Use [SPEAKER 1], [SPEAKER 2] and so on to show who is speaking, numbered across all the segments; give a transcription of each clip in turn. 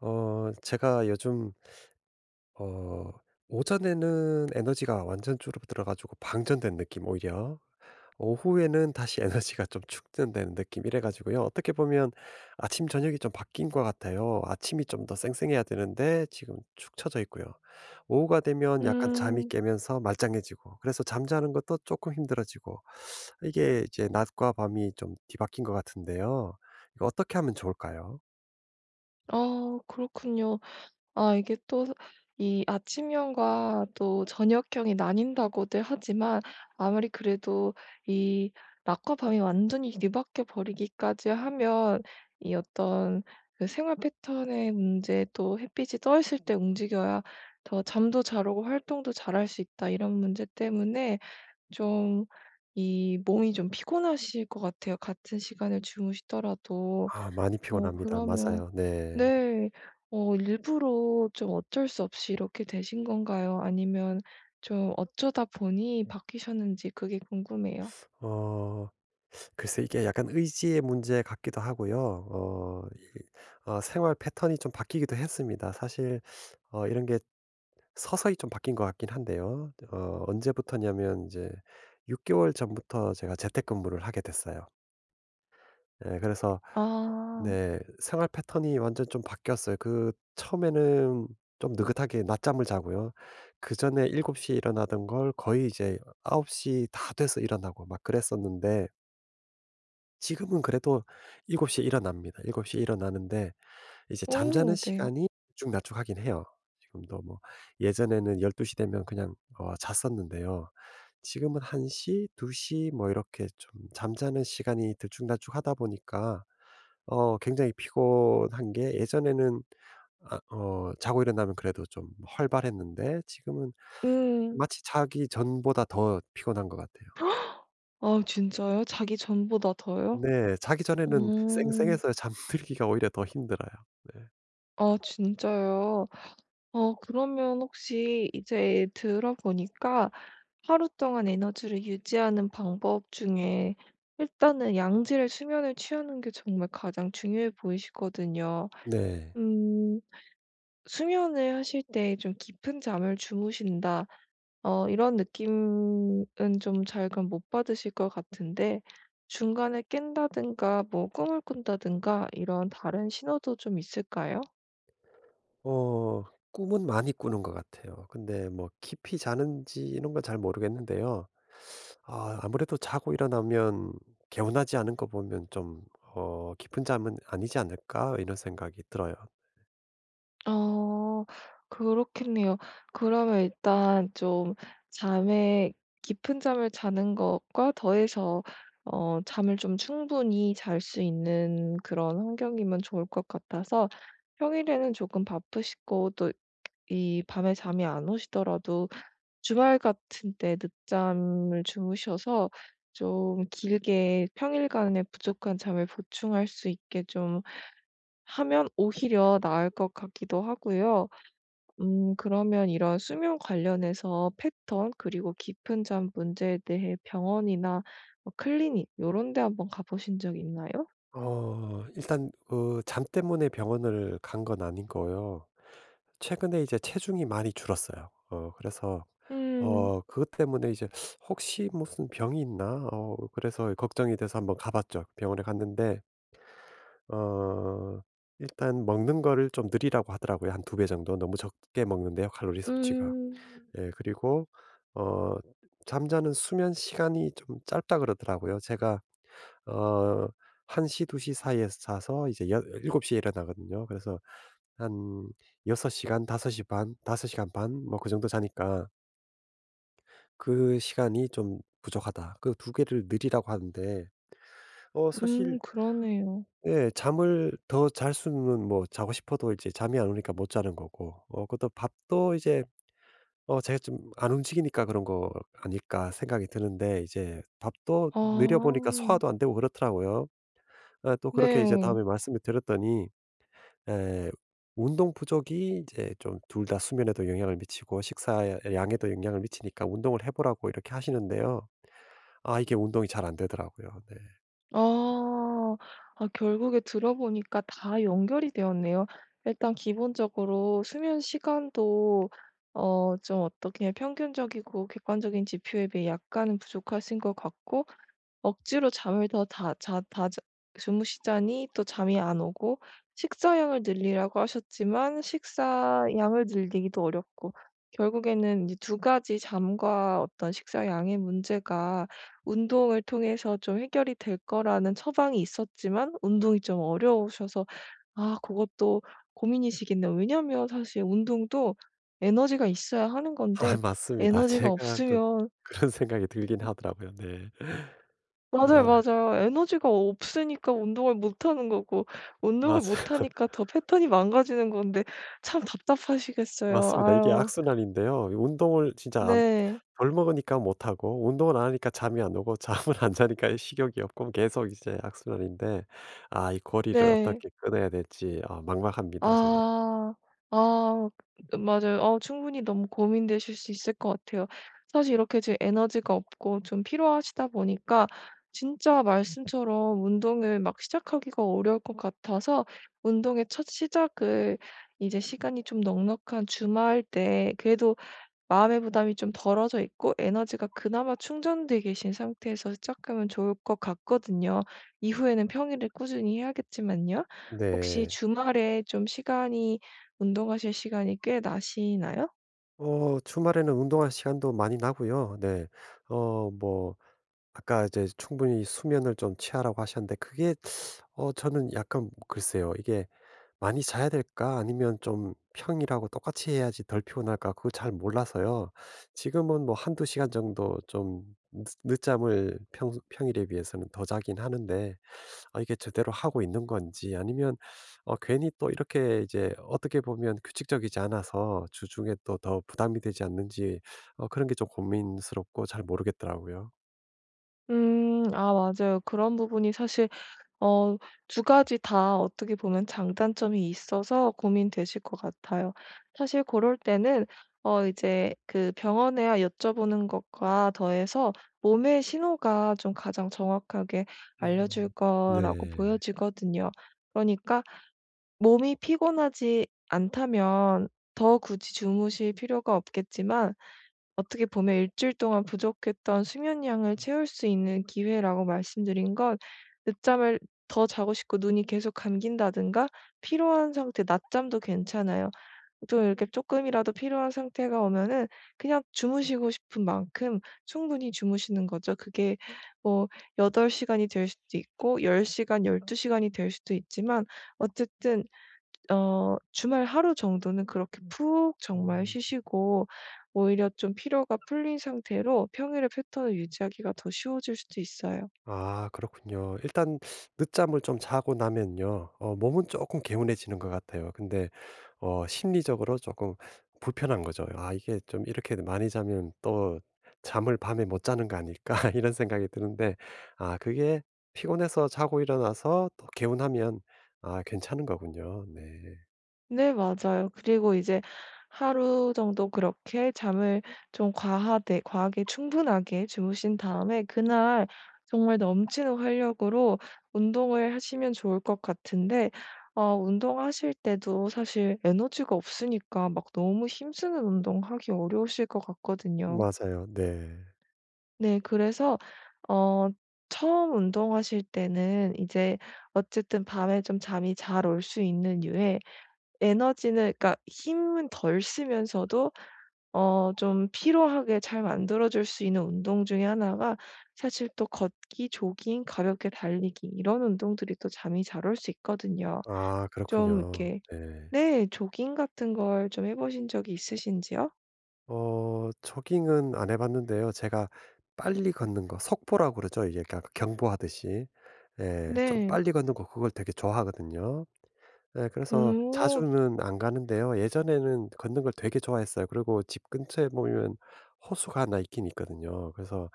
[SPEAKER 1] 제가 요즘 어 오전에는 에너지가 완전 줄어들어 가지고 방전된 느낌 오히려. 오후에는 다시 에너지가 좀 축전되는 느낌 이래 가지고요. 어떻게 보면 아침 저녁이 좀 바뀐 것 같아요. 아침이 좀 더 쌩쌩해야 되는데 지금 축 처져 있고요. 오후가 되면 약간 잠이
[SPEAKER 2] 음.
[SPEAKER 1] 깨면서 말짱해지고 그래서 잠자는 것도 조금 힘들어지고 이게 이제 낮과 밤이 좀 뒤바뀐 것 같은데요. 이거 어떻게 하면 좋을까요?
[SPEAKER 2] 아, 그렇군요. 아, 이게 또 이 아침형과 또 저녁형이 나뉜다고들 하지만 아무리 그래도 이 낮과 밤이 완전히 뒤바뀌어 버리기까지 하면 이 어떤 그 생활 패턴의 문제, 또 햇빛이 떠 있을 때 움직여야 더 잠도 잘 오고 활동도 잘할 수 있다 이런 문제 때문에 좀 이 몸이 좀 피곤하실 것 같아요, 같은 시간을 주무시더라도.
[SPEAKER 1] 아, 많이 피곤합니다.
[SPEAKER 2] 그러면
[SPEAKER 1] 맞아요. 네.
[SPEAKER 2] 네. 일부러 좀 어쩔 수 없이 이렇게 되신 건가요? 아니면 좀 어쩌다 보니 바뀌셨는지 그게 궁금해요.
[SPEAKER 1] 어. 글쎄 이게 약간 의지의 문제 같기도 하고요. 이 생활 패턴이 좀 바뀌기도 했습니다. 사실. 이런 게 서서히 좀 바뀐 것 같긴 한데요. 언제부터냐면 이제6 개월 전부터 제가 재택근무를 하게 됐어요. 예, 그래서
[SPEAKER 2] 아.
[SPEAKER 1] 네, 생활 패턴이 완전 좀 바뀌었어요. 그 처음에는 좀 느긋하게 낮잠을 자고요. 그전에 7곱시에 일어나던 걸 거의 이제 9홉시 다 돼서 일어나고 막 그랬었는데 지금은 그래도 7 시에 일어납니다. 7 시에 일어나는데 이제 잠자는
[SPEAKER 2] 오, 네.
[SPEAKER 1] 시간이 들쭉날쭉하긴 해요. 지금도 뭐 예전에는 12시 되면 그냥 잤었는데요. 지금은 1 시, 2시 뭐 이렇게 좀 잠자는 시간이 들쭉날쭉하다 보니까 굉장히 피곤한 게 예전에는 자고 일어나면 그래도 좀 활발했는데 지금은
[SPEAKER 2] 음.
[SPEAKER 1] 마치 자기 전보다 더 피곤한 것 같아요.
[SPEAKER 2] 아, 진짜요? 자기 전보다 더요?
[SPEAKER 1] 네. 자기 전에는
[SPEAKER 2] 음.
[SPEAKER 1] 쌩쌩해서 잠들기가 오히려 더 힘들어요. 네.
[SPEAKER 2] 아, 진짜요? 그러면 혹시 이제 들어보니까 하루 동안 에너지를 유지하는 방법 중에 일단은 양질의 수면을 취하는 게 정말 가장 중요해 보이시거든요.
[SPEAKER 1] 네.
[SPEAKER 2] 음. 수면을 하실 때 좀 깊은 잠을 주무신다. 이런 느낌은 좀 잘 그럼 못 받으실 것 같은데 중간에 깬다든가 뭐 꿈을 꾼다든가 이런 다른 신호도 좀 있을까요?
[SPEAKER 1] 어 꿈은 많이 꾸는 것 같아요. 근데 뭐 깊이 자는지 이런 건 잘 모르겠는데요. 아, 아무래도 자고 일어나면 개운하지 않은 거 보면 좀 '깊은 잠은 아니지 않을까?' 이런 생각이 들어요.
[SPEAKER 2] 어 그렇겠네요. 그러면 일단 좀 잠에 깊은 잠을 자는 것과 더해서 잠을 좀 충분히 잘 수 있는 그런 환경이면 좋을 것 같아서 평일에는 조금 바쁘시고 또 이 밤에 잠이 안 오시더라도 주말 같은 때 늦잠을 주무셔서 좀 길게 평일간의 부족한 잠을 보충할 수 있게 좀 하면 오히려 나을 것 같기도 하고요. 음, 그러면 이런 수면 관련해서 패턴 그리고 깊은 잠 문제에 대해 병원이나 뭐 클리닉 요런 데 한번 가 보신 적 있나요?
[SPEAKER 1] 일단 그 잠 때문에 병원을 간 건 아닌 거요. 최근에 이제 체중이 많이 줄었어요. 그래서
[SPEAKER 2] 음.
[SPEAKER 1] 그것 때문에 이제 '혹시 무슨 병이 있나?' 그래서 걱정이 돼서 한번 가 봤죠. 병원에 갔는데 어 일단 먹는 거를 좀 늘리라고 하더라고요. 한 두 배 정도. 너무 적게 먹는데요, 칼로리 섭취가.
[SPEAKER 2] 음.
[SPEAKER 1] 예, 그리고 어 잠자는 수면 시간이 좀 짧다 그러더라고요. 제가 어 1 시, 2시 사이에 자서 이제 여 7 시에 일어나거든요. 그래서 한 6 시간, 5시 반, 5 시간 반 뭐 그 정도 자니까 '그 시간이 좀 부족하다.' 그 두 개를 늘리라고 하는데
[SPEAKER 2] 음,
[SPEAKER 1] 사실.
[SPEAKER 2] 그러네요.
[SPEAKER 1] 예. 잠을 더 잘 수는 뭐 자고 싶어도 이제 잠이 안 오니까 못 자는 거고 그것도 밥도 이제 제가 좀 안 움직이니까 그런 거 아닐까 생각이 드는데 이제 밥도 느려 보니까
[SPEAKER 2] 아.
[SPEAKER 1] 소화도 안 되고 그렇더라고요. 아, 또 그렇게 이제 다음에
[SPEAKER 2] 네.
[SPEAKER 1] 말씀을 드렸더니 에 운동 부족이 이제 좀 둘 다 수면에도 영향을 미치고 식사 양에도 영향을 미치니까 운동을 해 보라고 이렇게 하시는데요. 아, 이게 운동이 잘 안 되더라고요. 네.
[SPEAKER 2] 아. 아, 결국에 들어보니까 다 연결이 되었네요. 일단 기본적으로 수면 시간도 좀 어떻게 평균적이고 객관적인 지표에 비해 약간은 부족하신 것 같고 억지로 잠을 더 다 자 다 자 주무시자니 또 잠이 안 오고 식사량을 늘리라고 하셨지만 식사량을 늘리기도 어렵고 결국에는 이제 두 가지 잠과 어떤 식사량의 문제가 운동을 통해서 좀 해결이 될 거라는 처방이 있었지만 운동이 좀 어려우셔서 아, 그것도 고민이시겠네요. 왜냐면 사실 운동도 에너지가 있어야 하는
[SPEAKER 1] 아,
[SPEAKER 2] 건데
[SPEAKER 1] 맞습니다.
[SPEAKER 2] 에너지가
[SPEAKER 1] 제가 좀
[SPEAKER 2] 없으면
[SPEAKER 1] 그런 생각이 들긴 하더라고요. 네.
[SPEAKER 2] 맞아요,
[SPEAKER 1] 아,
[SPEAKER 2] 맞아요. 에너지가 없으니까 운동을 못 하는 거고
[SPEAKER 1] 맞아요.
[SPEAKER 2] 운동을 못 하니까 더 패턴이 망가지는 건데 참 답답하시겠어요.
[SPEAKER 1] 맞습니다. 이게
[SPEAKER 2] 아유.
[SPEAKER 1] 악순환인데요. 이 운동을 진짜 안
[SPEAKER 2] 네.
[SPEAKER 1] 덜 먹으니까 못 하고 운동을 안 하니까 잠이 안 오고 잠을 안 자니까 식욕이 없고 계속 이제 악순환인데 아, 이 고리를
[SPEAKER 2] 네.
[SPEAKER 1] 어떻게 끊어야 될지 아, 막막합니다 정말.
[SPEAKER 2] 아. 아. 맞아요. 충분히 너무 고민되실 수 있을 것 같아요. 사실 이렇게 지금 에너지가 없고 좀 피로하시다 보니까 진짜 말씀처럼 운동을 막 시작하기가 어려울 것 같아서 운동의 첫 시작을 이제 시간이 좀 넉넉한 주말 때 그래도 마음의 부담이 좀 덜어져 있고 에너지가 그나마 충전돼 계신 상태에서 시작하면 좋을 것 같거든요. 이후에는 평일에 꾸준히 해야겠지만요. 혹시
[SPEAKER 1] 네.
[SPEAKER 2] 주말에 좀 시간이 운동하실 시간이 꽤 나시나요?
[SPEAKER 1] 주말에는 운동할 시간도 많이 나고요. 네. 뭐 아까 이제 충분히 수면을 좀 취하라고 하셨는데 그게 저는 약간 글쎄요. 이게 많이 자야 될까 아니면 좀 평일하고 똑같이 해야지 덜 피곤할까 그거 잘 몰라서요. 지금은 뭐 한두 시간 정도 좀 늦 늦잠을 평 평일에 비해서는 더 자긴 하는데 아, 이게 제대로 하고 있는 건지 아니면 괜히 또 이렇게 이제 어떻게 보면 규칙적이지 않아서 주중에 또 더 부담이 되지 않는지 그런 게 좀 고민스럽고 잘 모르겠더라고요.
[SPEAKER 2] 음. 아, 맞아요. 그런 부분이 사실 어 두 가지 다 어떻게 보면 장단점이 있어서 고민되실 것 같아요. 사실 그럴 때는 이제 그 병원에 여쭤보는 것과 더해서 몸의 신호가 좀 가장 정확하게 알려줄
[SPEAKER 1] 음.
[SPEAKER 2] 거라고
[SPEAKER 1] 네.
[SPEAKER 2] 보여지거든요. 그러니까 몸이 피곤하지 않다면 더 굳이 주무실 필요가 없겠지만 어떻게 보면 일주일 동안 부족했던 수면 양을 채울 수 있는 기회라고 말씀드린 건 늦잠을 더 자고 싶고 눈이 계속 감긴다든가 피로한 상태, 낮잠도 괜찮아요. 좀 이렇게 조금이라도 피로한 상태가 오면은 그냥 주무시고 싶은 만큼 충분히 주무시는 거죠. 그게 뭐 8시간 시간이 될 수도 있고 10시간 시간, 12시간 시간이 될 수도 있지만 어쨌든 주말 하루 정도는 그렇게 음, 푹 정말
[SPEAKER 1] 음.
[SPEAKER 2] 쉬시고 오히려 좀 피로가 풀린 상태로 평일의 패턴을 유지하기가 더 쉬워질 수도 있어요.
[SPEAKER 1] 아, 그렇군요. 일단 늦잠을 좀 자고 나면요. 몸은 조금 개운해지는 것 같아요. 근데 심리적으로 조금 불편한 거죠. '아, 이게 좀 이렇게 많이 자면 또 잠을 밤에 못 자는 거 아닐까?' 이런 생각이 드는데 아, 그게 피곤해서 자고 일어나서 또 개운하면 아, 괜찮은 거군요. 네.
[SPEAKER 2] 네, 맞아요. 그리고 이제 하루 정도 그렇게 잠을 좀 과하되 과하게 충분하게 주무신 다음에 그날 정말 넘치는 활력으로 운동을 하시면 좋을 것 같은데 운동하실 때도 사실 에너지가 없으니까 막 너무 힘쓰는 운동 하기 어려우실 것 같거든요.
[SPEAKER 1] 맞아요. 네.
[SPEAKER 2] 네. 그래서 어 처음 운동하실 때는 이제 어쨌든 밤에 좀 잠이 잘 올 수 있는 유에 에너지는, 그러니까 힘은 덜 쓰면서도 좀 피로하게 잘 만들어 줄 수 있는 운동 중에 하나가 사실 또 걷기, 조깅, 가볍게 달리기 이런 운동들이 또 잠이 잘 올 수 있거든요.
[SPEAKER 1] 아, 그렇군요.
[SPEAKER 2] 좀 이렇게
[SPEAKER 1] 네.
[SPEAKER 2] 네. 조깅 같은 걸 좀 해 보신 적이 있으신지요?
[SPEAKER 1] 조깅은 안 해 봤는데요. 제가 빨리 걷는 거 속보라고 그러죠. 이게 그러 경보하듯이. 예. 좀
[SPEAKER 2] 네.
[SPEAKER 1] 빨리 걷는 거 그걸 되게 좋아하거든요. 예, 그래서
[SPEAKER 2] 음.
[SPEAKER 1] 자주는 안 가는데요. 예전에는 걷는 걸 되게 좋아했어요. 그리고 집 근처에 보면 호수가 하나 있긴 있거든요. 그래서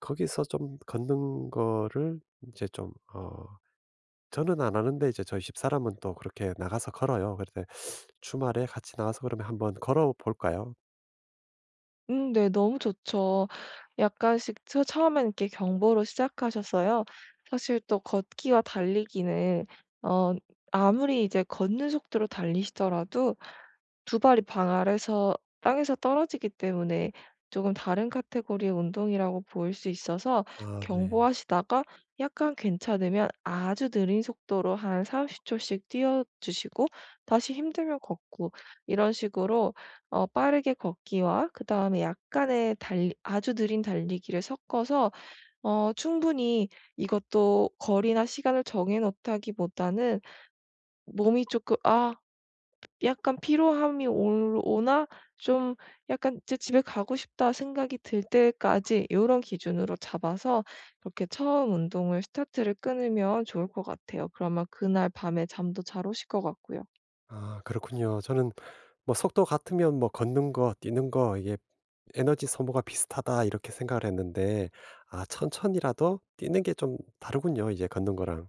[SPEAKER 1] 거기서 좀 걷는 거를 이제 좀 저는 안 하는데 이제 저희 집사람은 또 그렇게 나가서 걸어요. 그래서 주말에 같이 나가서 그러면 한번 걸어 볼까요?
[SPEAKER 2] 음, 네. 너무 좋죠. 약간씩 처 처음엔 이렇게 경보로 시작하셔서요. 사실 또 걷기와 달리기는 어 아무리 이제 걷는 속도로 달리시더라도 두 발이 방 아래서 땅에서 떨어지기 때문에 조금 다른 카테고리의 운동이라고 보일 수 있어서
[SPEAKER 1] 아, 네.
[SPEAKER 2] 경보하시다가 약간 괜찮으면 아주 느린 속도로 한 30초 초씩 뛰어 주시고 다시 힘들면 걷고 이런 식으로 빠르게 걷기와 그다음에 약간의 달리 아주 느린 달리기를 섞어서 충분히 이것도 거리나 시간을 정해 놓다기보다는 몸이 조금 '아 약간 피로함이 올 오나 좀 약간 이제 집에 가고 싶다.' 생각이 들 때까지 이런 기준으로 잡아서 그렇게 처음 운동을 스타트를 끊으면 좋을 것 같아요. 그러면 그날 밤에 잠도 잘 오실 것 같고요.
[SPEAKER 1] 아, 그렇군요. 저는 뭐 속도 같으면 뭐 걷는 거 뛰는 거 이게 '에너지 소모가 비슷하다.' 이렇게 생각을 했는데 아, 천천히라도 뛰는 게 좀 다르군요, 이제 걷는 거랑.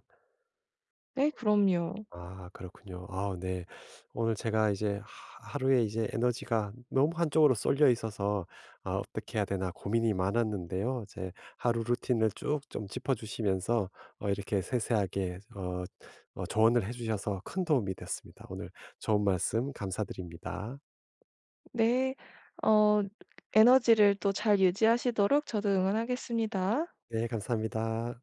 [SPEAKER 2] 네, 그럼요.
[SPEAKER 1] 아, 그렇군요. 아, 네. 오늘 제가 이제 하 하루에 이제 에너지가 너무 한쪽으로 쏠려 있어서 '아, 어떻게 해야 되나.' 고민이 많았는데요. 제 하루 루틴을 쭉 좀 짚어 주시면서 이렇게 세세하게 조언을 해 주셔서 큰 도움이 됐습니다. 오늘 좋은 말씀 감사드립니다.
[SPEAKER 2] 네. 어, 에너지를 또 잘 유지하시도록 저도 응원하겠습니다.
[SPEAKER 1] 네, 감사합니다.